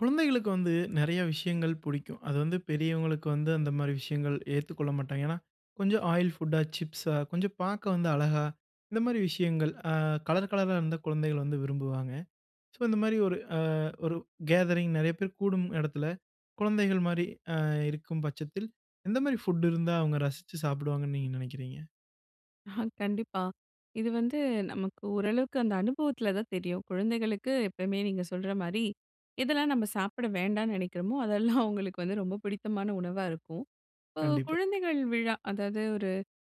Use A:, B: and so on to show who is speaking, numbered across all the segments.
A: குழந்தைகளுக்கு வந்து நெறைய விஷயங்கள் பிடிக்கும். அது வந்து பெரியவங்களுக்கு வந்து அந்த மாரி விஷயங்கள் ஏத்துக்கொள்ள மாட்டாங்க. ஏன்னா, கொஞ்சம் ஆயில் ஃபுட்டா, சிப்ஸா, கொஞ்சம் பார்க்க வந்து அழகா, இந்த மாரி விஷயங்கள் கலர் கலரா இருந்தா குழந்தைகள் வந்து விரும்புவாங்க. ஸோ இந்த மாரி ஒரு கேதரிங் நெறைய பேர் கூடும் இடத்துல, குழந்தைகள் மாரி அ இருக்கும் பட்சத்தில், எந்த மாரி ஃபுட் இருந்தா அவங்க ரசிச்சு சாப்பிடுவாங்கன்னு நீங்க நினைக்கிறீங்க?
B: ஆஹா, கண்டிப்பா. இது வந்து நமக்கு ஓரளவுக்கு அந்த அனுபவத்துல தான் தெரியும். குழந்தைகளுக்கு எப்பயுமே நீங்க சொல்ற மாரி, எதெல்லாம் நம்ம சாப்பிட வேண்டான்னு நெனைக்கிறோமோ, அதெல்லாம் அவங்களுக்கு வந்து ரொம்ப பிடித்தமான உணவா இருக்கும். இப்போ
A: கண்டிப்பா.
B: குழந்தைகள் விழா, அதாவது ஒரு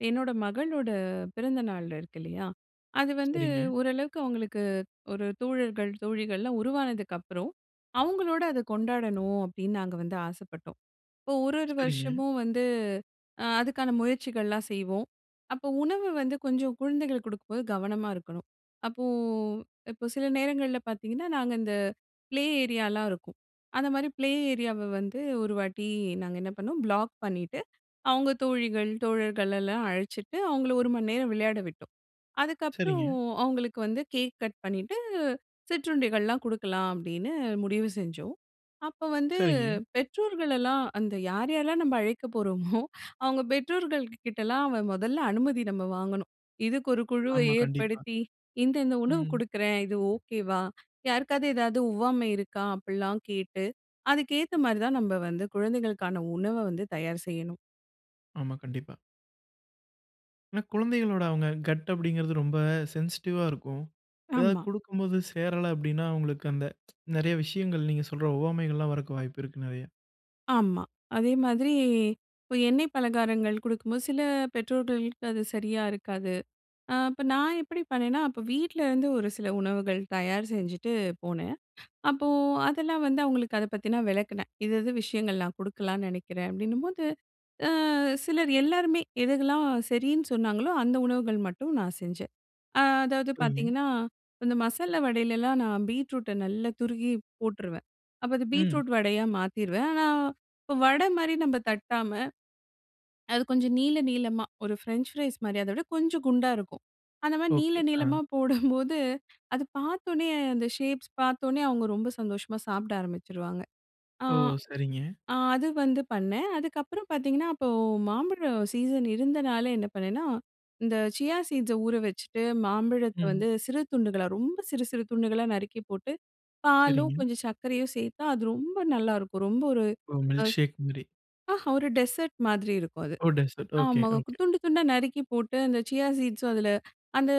B: என்னோட மகளோட பிறந்த நாள் இருக்கு இல்லையா? அது வந்து
A: சரிங்க,
B: ஓரளவுக்கு அவங்களுக்கு ஒரு தோழர்கள், தோழிகள்லாம் உருவானதுக்கு அப்புறம், அவங்களோட அத கொண்டாடணும் அப்படின்னு நாங்க வந்து ஆசைப்பட்டோம். இப்போ ஒரு ஒரு
A: சரிங்க,
B: வருஷமும் வந்து அதுக்கான முயற்சிகள்லாம் செய்வோம். அப்போ உணவு வந்து கொஞ்சம் குழந்தைகளுக்கு கொடுக்கும்போது கவனமா இருக்கணும். அப்போ இப்போ சில நேரங்கள்ல பார்த்தீங்கன்னா, நாங்க இந்த ப்ளே ஏரியாலாம் இருக்கும். அந்த மாரி ப்ளே ஏரியாவ வந்து ஒரு வாட்டி நாங்க என்ன பண்ணோம், பிளாக் பண்ணிட்டு, அவங்க தோழிகள், தோழர்கள் எல்லாம் அழைச்சிட்டு, அவங்கள 1 மணி நேரம் விளையாட விட்டோம். அதுக்கப்புறம்
A: சரிங்க,
B: அவங்களுக்கு வந்து கேக் கட் பண்ணிட்டு, சிற்றுண்டிகள்லாம் குடுக்கலாம் அப்படின்னு முடிவு செஞ்சோம். அப்ப வந்து
A: சரிங்க,
B: பெற்றோர்கள் எல்லாம் அந்த யார் யாரெல்லாம் நம்ம அழைக்க போறோமோ, அவங்க பெற்றோர்கள் கிட்டலாம் அவ முதல்ல அனுமதி நம்ம வாங்கணும். இதுக்கு ஒரு குழுவை
A: ஆமா, கண்டிப்பா.
B: ஏற்படுத்தி, இந்த இந்த உணவு
A: ம்.
B: குடுக்குறேன். இது ஓகேவா? யாருக்காவது ஏதாவது ஒவ்வாமை இருக்கா? அப்படிலாம் கேட்டு, அதுக்கேத்த மாரி தான் நம்ம வந்து குழந்தைகளுக்கான உணவ வந்து தயார் செய்யணும்.
A: ஆமா, கண்டிப்பா. ஆனா, குழந்தைகளோட அவங்க கட் அப்படிங்கிறது ரொம்ப சென்சிட்டிவா இருக்கும். ஏதாவது
B: ஆமா.
A: குடுக்கும்போது சேரல அப்படின்னா, அவங்களுக்கு அந்த நெறைய விஷயங்கள் நீங்க சொல்ற ஒவ்வாமைகள்லாம் வரக்கு வாய்ப்பு இருக்கு நெறைய.
B: ஆமா. அதே மாதிரி இப்போ எண்ணெய் பலகாரங்கள் குடுக்கும்போது, சில பெற்றோர்களுக்கு அது சரியா இருக்காது. அப்ப நான் எப்படி பண்ணேன்னா, அப்ப வீட்ல இருந்து ஒரு சில உணவுகள் தயார் செஞ்சுட்டு போனேன். அப்போ அதெல்லாம் வந்து அவங்களுக்கு அத பத்தி நான் விளக்குனேன். இது இது விஷயங்கள் நான் குடுக்கலாம்னு நெனைக்கிறேன் அப்படின்னும்போது, அ சிலர் எல்லாருமே எதுகெல்லாம் சரின்னு சொன்னாங்களோ, அந்த உணவுகள் மட்டும் நான் செஞ்சேன். அதாவது
A: சரிங்க.
B: பார்த்தீங்கன்னா, இந்த மசாலா வடையிலலாம் நான் பீட்ரூட்ட நல்லா துருகி போட்டுருவேன். அப்ப அது
A: ம்.
B: பீட்ரூட் வடையா மாத்திருவேன். ஆனா, இப்போ வடை மாரி நம்ம தட்டாம, அது கொஞ்சம் நீள நீளமா ஒரு ஃப்ரெஞ்ச் ஃப்ரைஸ் மாரி அத விட கொஞ்சம் குண்டா இருக்கும். அந்த மாரி நீள
A: ஓகே. ஆ.
B: நீளமா போடும்போது, அது பார்த்தோனே அந்த ஷேப்ஸ் பார்த்தோனே அவங்க ரொம்ப சந்தோஷமா சாப்பிட ஆரம்பிச்சுருவாங்க. ஆ.
A: ஓ! சரிங்க.
B: ஆ அது வந்து பண்ணேன். அதுக்கப்புறம் பார்த்தீங்கன்னா, அப்போ மாம்பழம் சீசன் இருந்தனால என்ன பண்ணேன்னா, இந்த சியா சீட்ஸ ஊற வச்சுட்டு, மாம்பழத்த
A: ம்.
B: வந்து சிறு துண்டுகளா ரொம்ப சிறு சிறு துண்டுகளா நறுக்கி போட்டு, பாலும்
A: சரிங்க.
B: கொஞ்சம் சர்க்கரையும் சேர்த்தா, அது ரொம்ப நல்லாருக்கும். ரொம்ப ஒரு
A: ஓ!
B: அ
A: மில்க் ஷேக் மாரி.
B: ஆஹா ஒரு டெசர்ட் மாதிரி இருக்கும் அது.
A: ஓ! டெசர்ட். ஓகே,
B: ஆமா.
A: ஓகே.
B: துண்டு துண்டா நறுக்கி போட்டு, அந்த சியா சீட்ஸும் அதுல அந்த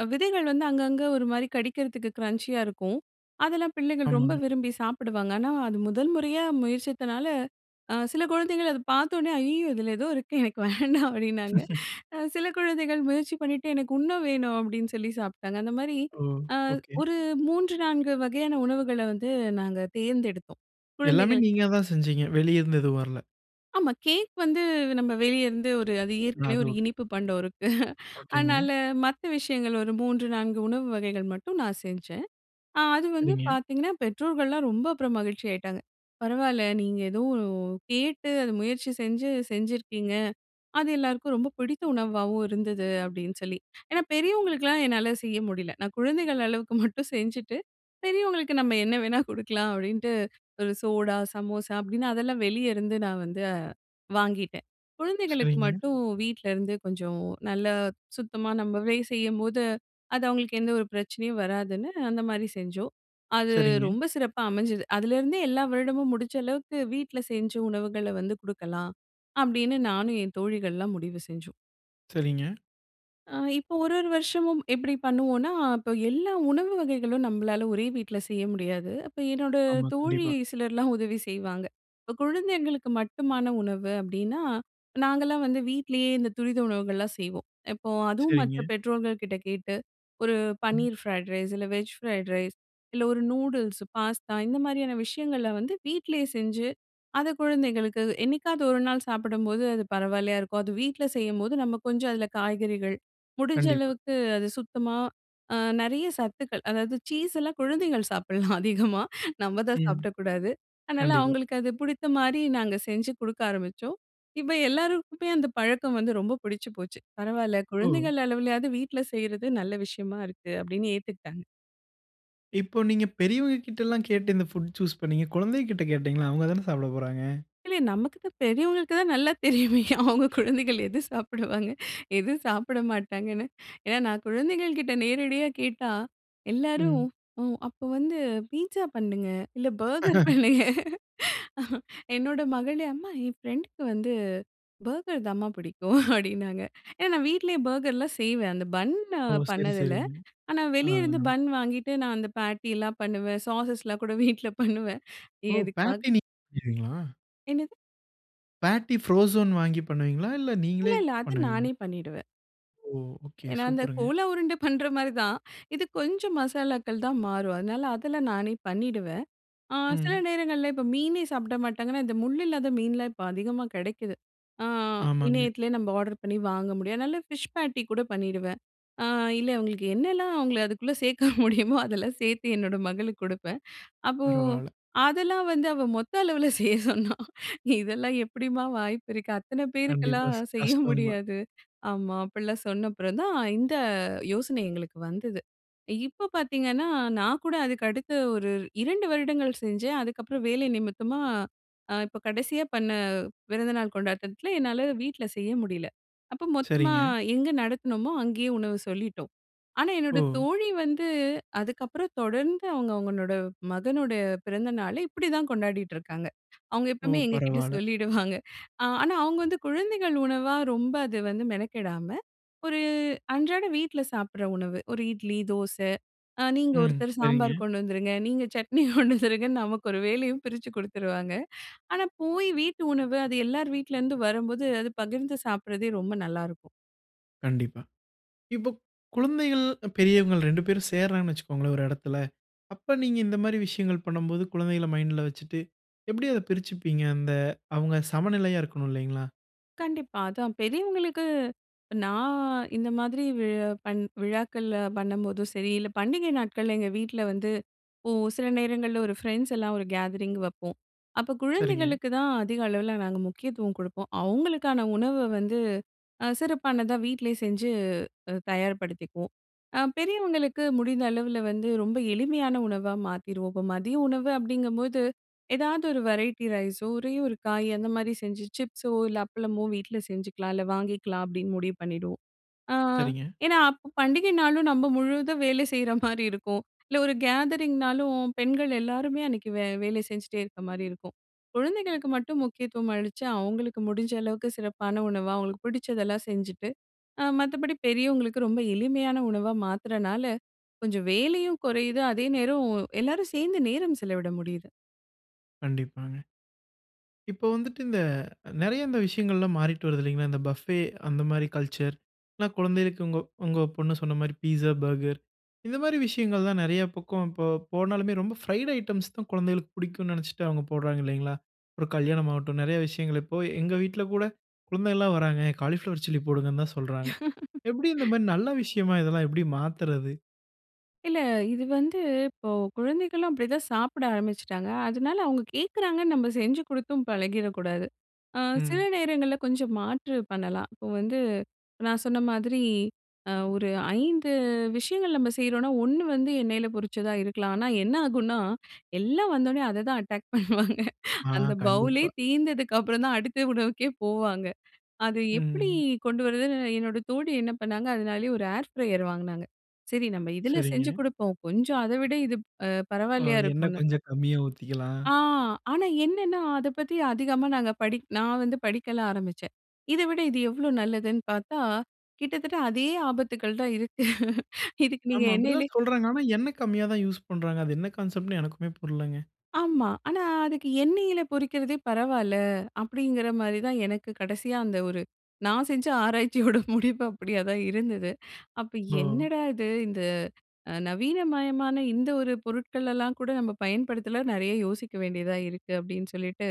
B: விதைகள் வந்து அங்கங்க ஒரு மாரி கடிக்கிறதுக்கு கிரன்ச்சியா இருக்கும். அதெல்லாம் பிள்ளைகள் ரொம்ப
A: ஆமாங்க.
B: விரும்பி சாப்பிடுவாங்க. ஆனா, அது முதல் முறையா முயற்சித்தனால, சில குழந்தைகள் அத பார்த்தோனே, "ஐயய்யோ! இதுல ஏதோ இருக்கு. எனக்கு வேண்டாம்." அப்படின்னாங்க. சில குழந்தைகள் முயற்சி பண்ணிட்டு, "எனக்கு இன்னும் வேணும்." அப்படின்னு சொல்லி சாப்பிட்டாங்க. அந்த மாரி
A: ஓ!
B: அ
A: ஓகே.
B: ஒரு 3, 4 வகையான உணவுகள வந்து நாங்க தேர்ந்தெடுத்தோம்.
A: எல்லாமே
B: குழந்தைகள்
A: நீங்க தான் செஞ்சீங்க. வெளிய இருந்து எதுவும் வரல.
B: ஆமா. கேக் வந்து நம்ம வெளிய இருந்து ஒரு அது
A: ஆ
B: ஏற்கனவே
A: அது
B: ஒரு
A: ஓகே.
B: இனிப்பு பண்டம் இருக்கு.
A: ஓகேங்க.
B: அதனால மத்த விஷயங்கள் ஒரு 3, 4 உணவு வகைகள் மட்டும் நான் செஞ்சேன். ஆ அது வந்து
A: சரிங்க,
B: பார்த்தீங்கன்னா, பெற்றோர்கள்லாம் ரொம்ப அப்புறம் மகிழ்ச்சி ஆயிட்டாங்க. பரவால்ல, நீங்க ஏதோ கேட்டு அது முயற்சி செஞ்சிருக்கீங்க. அது எல்லாருக்கும் ரொம்ப பிடித்த உணவாவும் இருந்தது அப்படின்னு சொல்லி. ஏன்னா பெரியவங்களுக்குலாம் என்னால செய்ய முடியல. நான் குழந்தைகள் அளவுக்கு மட்டும் செஞ்சுட்டு, பெரியவங்களுக்கு நம்ம என்ன வேணா குடுக்கலாம் அப்படின்ட்டு, ஒரு சோடா, சமோசா அப்படின்னு அதெல்லாம் வெளிய இருந்து நான் வந்து வாங்கிட்டேன். குழந்தைகளுக்கு
A: சரிங்க,
B: மட்டும் வீட்ல இருந்து கொஞ்சம் நல்ல சுத்தமா நம்மளே செய்யும்போது அது அவங்களுக்கு எந்த ஒரு பிரச்சனையும் வராதுன்னு அந்த மாரி செஞ்சோம். அது
A: சரிங்க,
B: ரொம்ப சிறப்பா அமைஞ்சது. அதுலேருந்தே எல்லா வருடமும் முடிச்ச அளவுக்கு வீட்ல செஞ்ச உணவுகள வந்து குடுக்கலாம். அப்படின்னு நானும் என் தோழிகள்லாம் முடிவு செஞ்சோம்.
A: சரிங்க.
B: ஆ இப்போ ஒரு ஒரு வருஷமும் எப்படி பண்ணுவோன்னா, இப்போ எல்லா உணவு வகைகளும் நம்மளால ஒரே வீட்ல செய்ய முடியாது. அப்ப என்னோட
A: ஆமா,
B: தோழி
A: கண்டிப்பா.
B: சிலர்லாம் உதவி செய்வாங்க. இப்போ குழந்தைங்களுக்கு மட்டுமான உணவு அப்படின்னா, நாங்கலாம் வந்து வீட்லயே இந்த துரித உணவுகள்லாம் செய்வோம். இப்போ அதுவும் மற்ற
A: சரிங்க.
B: பெற்றோர்கள் கிட்ட கேட்டு, ஒரு
A: ம்.
B: பன்னீர் ஃப்ரைட் ரைஸ், இல்ல வெஜ் ஃப்ரைட் ரைஸ், இல்ல ஒரு நூடுல்ஸ், பாஸ்தா இந்த மாதிரியான விஷயங்கள வந்து வீட்லயே செஞ்சு, அத குழந்தைங்களுக்கு என்னைக்காவது ஒரு நாள் சாப்பிடும்போது அது பரவாயில்லையா இருக்கும். அது வீட்ல செய்யும்போது நம்ம கொஞ்சம் அதில காய்கறிகள் முடிஞ்ச
A: கண்டிப்பா.
B: அளவுக்கு அது சுத்தமா நெறைய சத்துக்கள் அதாவது சீஸ் எல்லாம் குழந்தைகள் சாப்பிடலாம் அதிகமா. நம்ம தான்
A: ம்.
B: சாப்பிடக்கூடாது. அதனால
A: கண்டிப்பா.
B: அவங்களுக்கு அது பிடித்த மாரி நாங்க செஞ்சு குடுக்க ஆரம்பிச்சோம். இப்ப எல்லாருக்குமே அந்த பழக்கம் வந்து ரொம்ப பிடிச்சு போச்சு. பரவால்ல
A: ஓ!
B: குழந்தைகள் அளவுலயாவது வீட்ல செய்றது நல்ல விஷயமா இருக்கு அப்படின்னு ஏத்துக்கிட்டாங்க.
A: இப்போ நீங்க பெரியவங்க கிட்டலாம் கேட்டு இந்த ஃபுட் சூஸ் பண்ணீங்க. குழந்தைகிட்ட கேட்டீங்களா? அவங்க தானே சாப்பிட போறாங்க.
B: இல்ல நமக்கு தான் பெரியவங்களுக்கு தான் நல்லா தெரியுமே. அவங்க குழந்தைகள் எது சாப்பிடுவாங்க, எது சாப்பிட மாட்டாங்கன்னு. ஏன்னா நான் குழந்தைகள் கிட்ட நேரடியா கேட்டா, எல்லாரும்
A: ம்.
B: "ஓ! அப்போ வந்து பீட்ஸா பண்ணுங்க, இல்ல பர்கர் பண்ணுங்க." என்னோட மகளே, "அம்மா என் ஃப்ரெண்டுக்கு வந்து பர்கர் தாம்மா பிடிக்கும்." அப்படின்னாங்க. ஏன்னா நான் வீட்லயே பர்கர்லாம் செய்வேன். அந்த பன்
A: ஓ! சரி,
B: பண்ணதில்ல.
A: சரிங்க.
B: ஆனா
A: ஆ,
B: வெளிய இருந்து
A: ஆ.
B: பன் வாங்கிட்டு நான் அந்த பேட்டிலாம் பண்ணுவேன். சாஸஸ்லாம் கூட வீட்ல பண்ணுவேன்.
A: ஓ!
B: எதுக்காக
A: பேட்டி நீங்க பண்ணுவீங்களா?
B: என்னது?
A: பேட்டி ஃப்ரோசோன் வாங்கி பண்ணுவீங்களா? இல்ல
B: இல்ல,
A: நீங்களே
B: இல்ல. அது நானே
A: பண்ணுவீங்களா?
B: பண்ணிடுவேன்.
A: ஓ! ஓகே.
B: ஏன்னா, அந்த
A: சூப்பருங்க.
B: கோலா உருண்டை பண்ற மாரி தான். இது கொஞ்சம் மசாலாக்கள் தான் மாறும். அதனால அதில நானே பண்ணிடுவேன். ஆ சில
A: ம்.
B: நேரங்கள்ல இப்ப மீனே சாப்பிட மாட்டாங்கன்னா, இந்த முள் இல்லாத மீன்லாம் இப்ப அதிகமா கிடைக்குது. ஆ
A: ஆமாங்க.
B: இணையத்திலே நம்ம ஆர்டர் பண்ணி வாங்க முடியும். அதனால ஃபிஷ் பேட்டி கூட பண்ணிடுவேன். ஆ இல்ல அவங்களுக்கு என்னெல்லாம் அவங்கள அதுக்குள்ள சேர்க்க முடியுமோ, அதெல்லாம் சேர்த்து என்னோட மகளுக்கு கொடுப்பேன். அப்போ
A: பரவால்ல.
B: அதெல்லாம் வந்து அவ மொத்த அளவுல செய்ய சொன்னா. இதெல்லாம் எப்படிம்மா வாய்ப்பு இருக்கு? அத்தன
A: கண்டிப்பா
B: பேருக்கெல்லாம்
A: ஸ்
B: செய்ய
A: கஷ்டம் தான்.
B: முடியாது. ஆமா. அப்படிலாம் சொன்ன அப்புறம் தான் இந்த யோசனை எங்களுக்கு வந்தது. இப்ப பார்த்தீங்கன்னா, நான் கூட அதுக்கு அடுத்து ஒரு 2 வருடங்கள் செஞ்சேன். அதுக்கப்புறம் வேலை நிமித்தமா இப்ப கடைசியா பண்ண பிறந்தநாள் கொண்டாட்டத்துல என்னால வீட்ல செய்ய முடியல. அப்ப மொத்தமா
A: சரிங்க.
B: எங்க நடத்துனோமோ அங்கேயே உணவு சொல்லிட்டோம். ஆனா
A: ஓ!
B: என்னோட தோழி வந்து அதுக்கப்புறம் தொடர்ந்து அவங்க அவங்களோட மகனோட பிறந்த நாளை இப்படிதான் கொண்டாடிட்டு இருக்காங்க. அவங்க
A: ஓ!
B: எப்பவுமே எங்ககிட்ட
A: பரவால்ல.
B: சொல்லிடுவாங்க. ஆனா அவங்க வந்து குழந்தைகள் உணவா ரொம்ப அது வந்து மெனக்கெடாம, ஒரு அன்றாட வீட்ல சாப்பிடுற உணவு. ஒரு இட்லி, தோசை நீங்க
A: ம்.
B: ஒருத்தர்
A: சரிங்க.
B: சாம்பார் கொண்டு வந்துருங்க, நீங்க சட்னி கொண்டு வந்துருங்கன்னு நமக்கு ஒரு வேலையும் பிரிச்சு குடுத்துருவாங்க. ஆனா போய் வீட்டு உணவு அது எல்லார் வீட்ல இருந்து வரும்போது அது பகிர்ந்து சாப்பிடுறதே ரொம்ப நல்லாருக்கும்.
A: கண்டிப்பா. இப்போ குழந்தைகள், பெரியவங்கள் 2 பேரும் சேர்றாங்கன்னு வச்சுக்கோங்களேன் ஒரு இடத்துல. அப்ப நீங்க இந்த மாரி விஷயங்கள் பண்ணும்போது, குழந்தைகள மைண்ட்ல வச்சுட்டு, எப்படி அத பிரிச்சுப்பீங்க? அந்த அவங்க சமநிலையா இருக்கணும் இல்லைங்களா?
B: கண்டிப்பா. அதான் பெரியவங்களுக்கு நான் இந்த மாதிரி விழாக்கள்ல பண்ணும்போதும் சரி, இல்ல பண்டிகை நாட்கள்ல எங்க வீட்ல வந்து இப்போ சில நேரங்கள்ல ஒரு ஃப்ரெண்ட்ஸ் எல்லாம் ஒரு கேதரிங் வைப்போம். அப்ப
A: சரிங்க,
B: குழந்தைகளுக்கு தான் அதிக அளவுல நாங்க முக்கியத்துவம் குடுப்போம். அவங்களுக்கான உணவ வந்து சிறப்பானதா வீட்லயே செஞ்சு தயார்படுத்திக்குவோம். பெரியவங்களுக்கு முடிந்த அளவுல வந்து ரொம்ப எளிமையான உணவா மாத்திருவோம். இப்ப மதிய உணவு அப்படிங்கும்போது ஏதாவது ஒரு வெரைட்டி ரைஸோ, ஒரே ஒரு காய் அந்த மாரி செஞ்சு சிப்ஸோ, இல்ல அப்பளமோ வீட்ல செஞ்சுக்கலாம். இல்ல வாங்கிக்கலாம் அப்படின்னு முடிவு பண்ணிடுவோம். ஆ
A: சரிங்க.
B: ஏன்னா அப்போ பண்டிகை நாளும் நம்ம முழுதும் வேலை செய்ற மாரி இருக்கும். இல்ல ஒரு கேதரிங்னாலும் பெண்கள் எல்லாருமே அன்னைக்கு வேலை செஞ்சுட்டே இருக்க மாரி இருக்கும். குழந்தைகளுக்கு மட்டும் முக்கியத்துவம் அளிச்சு, அவங்களுக்கு முடிஞ்ச அளவுக்கு சிறப்பான உணவா, அவங்களுக்கு பிடிச்சதெல்லாம் செஞ்சுட்டு, மத்தபடி பெரியவங்களுக்கு ரொம்ப எளிமையான உணவா மாத்துறனால, கொஞ்சம் வேலையும் குறையுது. அதே நேரம் எல்லாரும் சேர்ந்து நேரம் செலவிட முடியுது.
A: கண்டிப்பாங்க. இப்போ வந்துட்டு இந்த நெறைய இந்த விஷயங்கள்லாம் மாறிட்டு வருது இல்லைங்களா? இந்த பஃபே அந்த மாரி கல்ச்சர். இல்ல குழந்தைகளுக்கு உங்க உங்க பொண்ணு சொன்ன மாரி பீஸா, பர்கர் இந்த மாரி விஷயங்கள் தான் நெறைய பக்கம் இப்போ போனாலுமே ரொம்ப ஃப்ரைட் ஐட்டம்ஸ் தான் குழந்தைகளுக்கு பிடிக்கும்னு நெனச்சுட்டு அவங்க போடுறாங்க இல்லைங்களா? ஒரு கல்யாணம் ஆகட்டும், நெறைய விஷயங்கள் இப்போ எங்க வீட்ல கூட குழந்தைகள்லாம் வராங்க, காலிஃப்ளவர் சில்லி போடுங்கன்னு தான் சொல்றாங்க. எப்படி இந்த மாரி நல்ல விஷயமா இதெல்லாம் எப்படி மாத்துறது?
B: இல்ல. இது வந்து இப்போ குழந்தைகளும் அப்படிதான் சாப்பிட ஆரம்பிச்சுட்டாங்க. அதனால அவங்க கேட்குறாங்கன்னு நம்ம செஞ்சு குடுத்தும் பழகிடக்கூடாது. அ சில
A: ம்.
B: நேரங்கள்ல கொஞ்சம் மாற்று பண்ணலாம். இப்போ வந்து நான் சொன்ன மாதிரி ஒரு 5 விஷயங்கள் நம்ம செய்றோம்னா, 1 வந்து எண்ணெயில பொரிச்சதா இருக்கலாம். ஆனா என்ன ஆகும்னா, எல்லாம் வந்தோனே அத தான் அட்டாக் பண்ணுவாங்க.
A: ஆ
B: அந்த பவுலே
A: கண்டிப்பா.
B: தீர்ந்ததுக்கு அப்புறம் தான் அடுத்த உணவுக்கே போவாங்க. அது எப்படி
A: ம்.
B: கொண்டு வரதுன்னு என்னோட தோழி என்ன பண்ணாங்க, அதனாலேயே ஒரு ஏர் ஃப்ரையர் வாங்குனாங்க. சரி நம்ம இதில
A: சரிங்க.
B: செஞ்சு குடுப்போம். கொஞ்சம் அத விட இது
A: அ
B: பரவாயில்லையா
A: எண்ணெய்
B: இருக்கும்னு.
A: கொஞ்சம் கம்மியா ஊத்திக்கலாம்.
B: ஆ ஆனா என்னன்னா, அத பத்தி அதிகமா நாங்க படி நான் வந்து படிக்கலாம் ஆரம்பிச்சேன். இத விட இது எவ்ளோ நல்லதுன்னு பார்த்தா, கிட்டத்தட்ட அதே ஆபத்துக்கள் தான் இருக்கு. இதுக்கு நீங்க
A: ஆமா
B: எண்ணெயில
A: அப்படிதான் சொல்றாங்க. ஆனா எண்ணெய் கம்மியா தான் யூஸ் பண்றாங்க. அது என்ன கான்செப்ட்ன்னு எனக்குமே புரியலங்க.
B: ஆமா. ஆனா, அதுக்கு எண்ணெயில பொரிக்கிறதே பரவால்ல. அப்படிங்கிற மாரி தான் எனக்கு கடைசியா அந்த ஒரு நான் செஞ்ச ஆராய்ச்சியோட முடிவு அப்படியா தான் இருந்தது. அப்ப
A: ஓ!
B: என்னடா இது! இந்த நவீனமயமான இந்த ஒரு பொருட்கள் எல்லாம் கூட நம்ம பயன்படுத்தல நெறைய யோசிக்க வேண்டியதா இருக்கு அப்படின்னு சொல்லிட்டு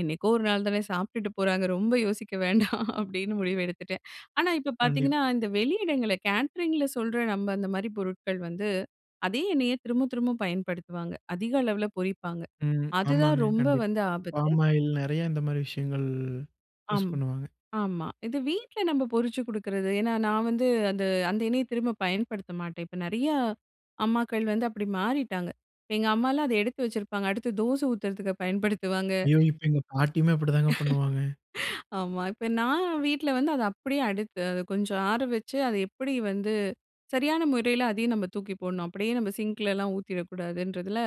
B: என்னைக்கோ ஒரு நாள் தானே சாப்பிட்டுட்டு போறாங்க. ரொம்ப யோசிக்க வேண்டாம் அப்படின்னு முடிவு எடுத்துட்டேன். ஆனா இப்ப
A: கண்டிப்பா.
B: பார்த்தீங்கன்னா, இந்த வெளியிடங்கள்ல கேட்டரிங்ல சொல்ற நம்ம அந்த மாரி பொருட்கள் வந்து, அதே எண்ணெய திரும்ப திரும்ப பயன்படுத்துவாங்க. அதிக அளவுல பொரிப்பாங்க.
A: ம்.
B: அதுதான்
A: ஆமாங்க.
B: ரொம்ப
A: கண்டிப்பா.
B: வந்து ஆபத்து.
A: பாம் ஆயில் நெறைய இந்த மாரி விஷயங்கள் யூஸ்
B: ஆம்,
A: பண்ணுவாங்க.
B: ஆமா. இது வீட்ல நம்ம பொரிச்சு குடுக்குறது. ஏன்னா நான் வந்து அந்த அந்த எண்ணெய திரும்ப பயன்படுத்த மாட்டேன். இப்ப நெறைய அம்மாக்கள் வந்து அப்படி மாறிட்டாங்க. இப்ப எங்க அம்மாலாம் அத எடுத்து வச்சிருப்பாங்க. அடுத்து தோசை ஊத்துறதுக்கு பயன்படுத்துவாங்க.
A: ஐயோ! இப்ப எங்க பாட்டியுமே அப்படிதாங்க பண்ணுவாங்க.
B: ஆமா. இப்ப நான் வீட்ல வந்து அத அப்படியே அடுத்து அத கொஞ்சம் ஆற வச்சு, அது எப்படி வந்து சரியான முறையில அதையும் நம்ம தூக்கி போடணும். அப்படியே நம்ம சிங்க்லலாம் ஊத்திடக்கூடாதுன்றதுல,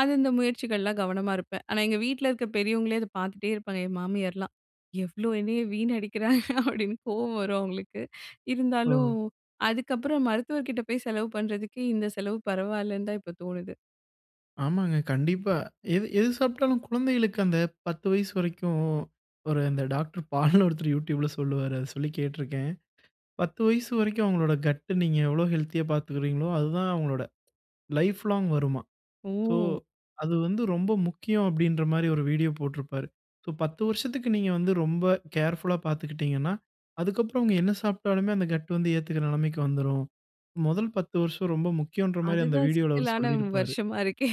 B: அது இந்த முயற்சிகள்லாம் கவனமா இருப்பேன். ஆனா எங்க வீட்ல இருக்க பெரியவங்களே அத பார்த்துட்டே இருப்பாங்க. என் மாமியார்லாம், "எவ்ளோ என்னைய வீணடிக்கிறாங்க" அப்படின்னு கோவம் வரும் அவங்களுக்கு.
A: ஓ!
B: இருந்தாலும் அதுக்கப்புறம் மருத்துவர்கிட்ட போய் செலவு பண்றதுக்கு, இந்த செலவு பரவாயில்லன்னு தான் இப்ப தோணுது.
A: ஆமாங்க. கண்டிப்பா. எது எது சாப்பிட்டாலும் குழந்தைகளுக்கு அந்த 10 வயசு வரைக்கும் ஒரு அந்த டாக்டர் பால்ன்னு ஒருத்தர் YouTubeல சொல்லுவாரு. அத சொல்லி கேட்டுருக்கேன். 10 வயசு வரைக்கும் அவங்களோட கட் நீங்க எவ்வளோ ஹெல்த்தியா பார்த்துக்கிறீங்களோ, அதுதான் அவங்களோட லைஃப் லாங் வருமாம். ஸோ,
B: ஓ!
A: அது வந்து ரொம்ப முக்கியம் அப்படின்ற மாரி ஒரு வீடியோ போட்டிருப்பாரு. ஸோ 10 வருஷத்துக்கு நீங்க வந்து ரொம்ப கேர்ஃபுல்லா பார்த்துக்கிட்டீங்கன்னா, அதுக்கப்புறம் அவங்க என்ன சாப்பிட்டாலுமே அந்த கட் வந்து ஏத்துக்கிற நிலைமைக்கு வந்துரும். முதல் 10 வருஷம் ரொம்ப முக்கியம்ன்ற மாரி அந்த
B: அதுதான்
A: வீடியோல அவரு
B: சிக்கலான
A: சொல்லியிருப்பாரு.
B: வருஷமா இருக்கே.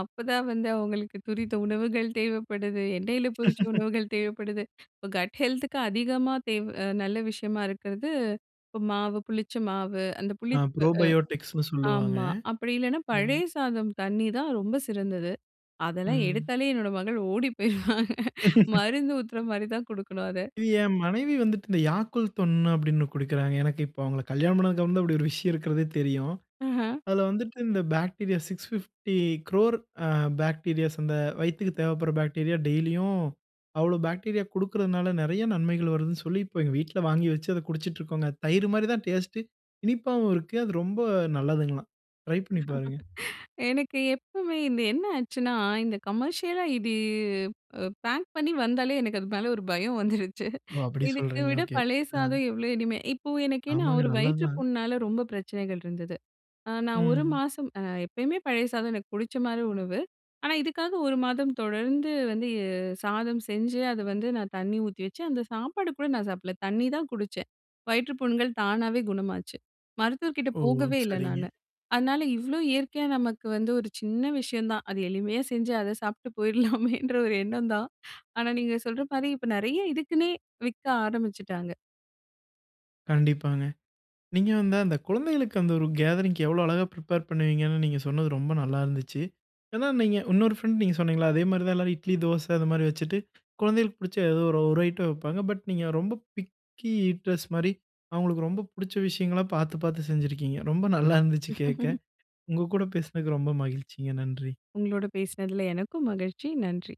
B: அப்பதான் வந்து அவங்களுக்கு துரித உணவுகள் தேவைப்படுது. எண்ணெயில பொரிச்ச உணவுகள் தேவைப்படுது. இப்ப கட் ஹெல்த்துக்கு அதிகமா நல்ல விஷயமா இருக்கிறது, இப்ப மாவு, புளிச்ச மாவு, அந்த
A: ஆ
B: புளிப்பு
A: ப்ரோபயோட்டிக்ஸ்ன்னு சொல்லுவாங்க.
B: ஆமா. அப்படி இல்லைன்னா
A: ஆமாங்க.
B: பழைய சாதம் தண்ணி தான் ரொம்ப சிறந்தது. அதெல்லாம்
A: ம்.
B: எடுத்தாலே என்னோட மகள் ஓடி போயிருவாங்க. மருந்து ஊத்துற மாரி தான் குடுக்கணும் அத.
A: இது என் மனைவி வந்துட்டு இந்த யாக்குல்த் ஒன்னு அப்படின்னு குடிக்கிறாங்க. எனக்கு இப்போ அவங்கள கல்யாணம் பண்ணதுக்கப்புறம் தான் இப்படி ஒரு விஷயம் இருக்கிறதே தெரியும்.
B: ஆஹ.
A: அதுல வந்துட்டு இந்த பாக்டீரியா 650 க்ரோர் அ பாக்டீரியாஸ் அந்த வயித்துக்கு தேவைப்படுற பாக்டீரியா டெய்லியும் அவ்வளோ பாக்டீரியா குடுக்குறதுனால நெறைய நன்மைகள் வருதுன்னு சொல்லி, இப்போ எங்க வீட்ல வாங்கி வச்சு அத குடிச்சிட்டுருக்கோங்க. தயிர் மாரி தான் டேஸ்ட்டு. இனிப்பாவும் இருக்கு. அது ரொம்ப நல்லதுங்களாம். ட்ரை பண்ணி பாருங்க.
B: எனக்கு எப்பவுமே இந்த என்ன ஆச்சுன்னா, இந்த கமர்ஷியலா இது பேக் பண்ணி வந்தாலே எனக்கு அது மேல ஒரு பயம் வந்துருச்சு.
A: ஓ! அப்படி
B: இதுக்கு
A: சொல்றீங்க.
B: விட
A: ஓகே.
B: பழைய
A: ஆ
B: சாதம் எவ்ளோ இனிமை இப்போ எனக்கு ஏன்னா
A: ஆமாங்க
B: ஒரு
A: நல்லது
B: வயிற்று
A: தான்.
B: புண்ணால ரொம்ப பிரச்சனைகள் இருந்தது. ஆ நான் 1
A: ம்.
B: மாசம் எப்பயுமே பழைய சாதம் எனக்கு புடிச்ச மாரி உணவு. ஆனா, இதுக்காக 1 மாதம் தொடர்ந்து வந்து சாதம் செஞ்சு, அத வந்து நான் தண்ணி ஊத்தி வச்சு, அந்த சாப்பாடு கூட நான் சாப்பிடல. தண்ணி தான் குடிச்சேன். வயிற்றுப் புண்கள் தானாவே குணமாச்சு. மருத்துவர்கிட்ட
A: ஓ!
B: போகவே இல்ல
A: சரிங்க.
B: நானு. அதனால இவ்ளோ இயற்கையா நமக்கு வந்து ஒரு சின்ன விஷயம் தான். அது எளிமையா செஞ்சு அத சாப்பிட்டு போயிடலாமேன்ற ஒரு எண்ணம் தான். ஆனா, நீங்க சொல்ற மாரி இப்ப நெறைய இதுக்குன்னே விக்க ஆரம்பிச்சுட்டாங்க.
A: கண்டிப்பாங்க. நீங்க வந்து அந்த குழந்தைகளுக்கு அந்த ஒரு கேதரிங்க்கு எவ்வளோ அழகா ப்ரிப்பேர் பண்ணுவீங்கன்னு நீங்க சொன்னது ரொம்ப நல்லா இருந்துச்சு. ஏன்னா நீங்க இன்னொரு ஃப்ரெண்ட் நீங்க சொன்னீங்கல்ல, அதே மாரி தான் எல்லாரும் இட்லி, தோசை அது மாரி வச்சுட்டு, குழந்தைகளுக்கு பிடிச்ச ஏதோ ஒரு ஒரு ஐட்டம் வைப்பாங்க. பட் நீங்க ரொம்ப பிக்கி ஈட்டர்ஸ் மாரி அவங்களுக்கு ரொம்ப பிடிச்ச விஷயங்களா பார்த்து பார்த்து செஞ்சிருக்கீங்க. ரொம்ப நல்லா இருந்துச்சு கேட்க. உங்க கூட பேசினதுக்கு ரொம்ப மகிழ்ச்சிங்க. நன்றி.
B: உங்களோட பேசினதுல எனக்கும் மகிழ்ச்சி. நன்றி.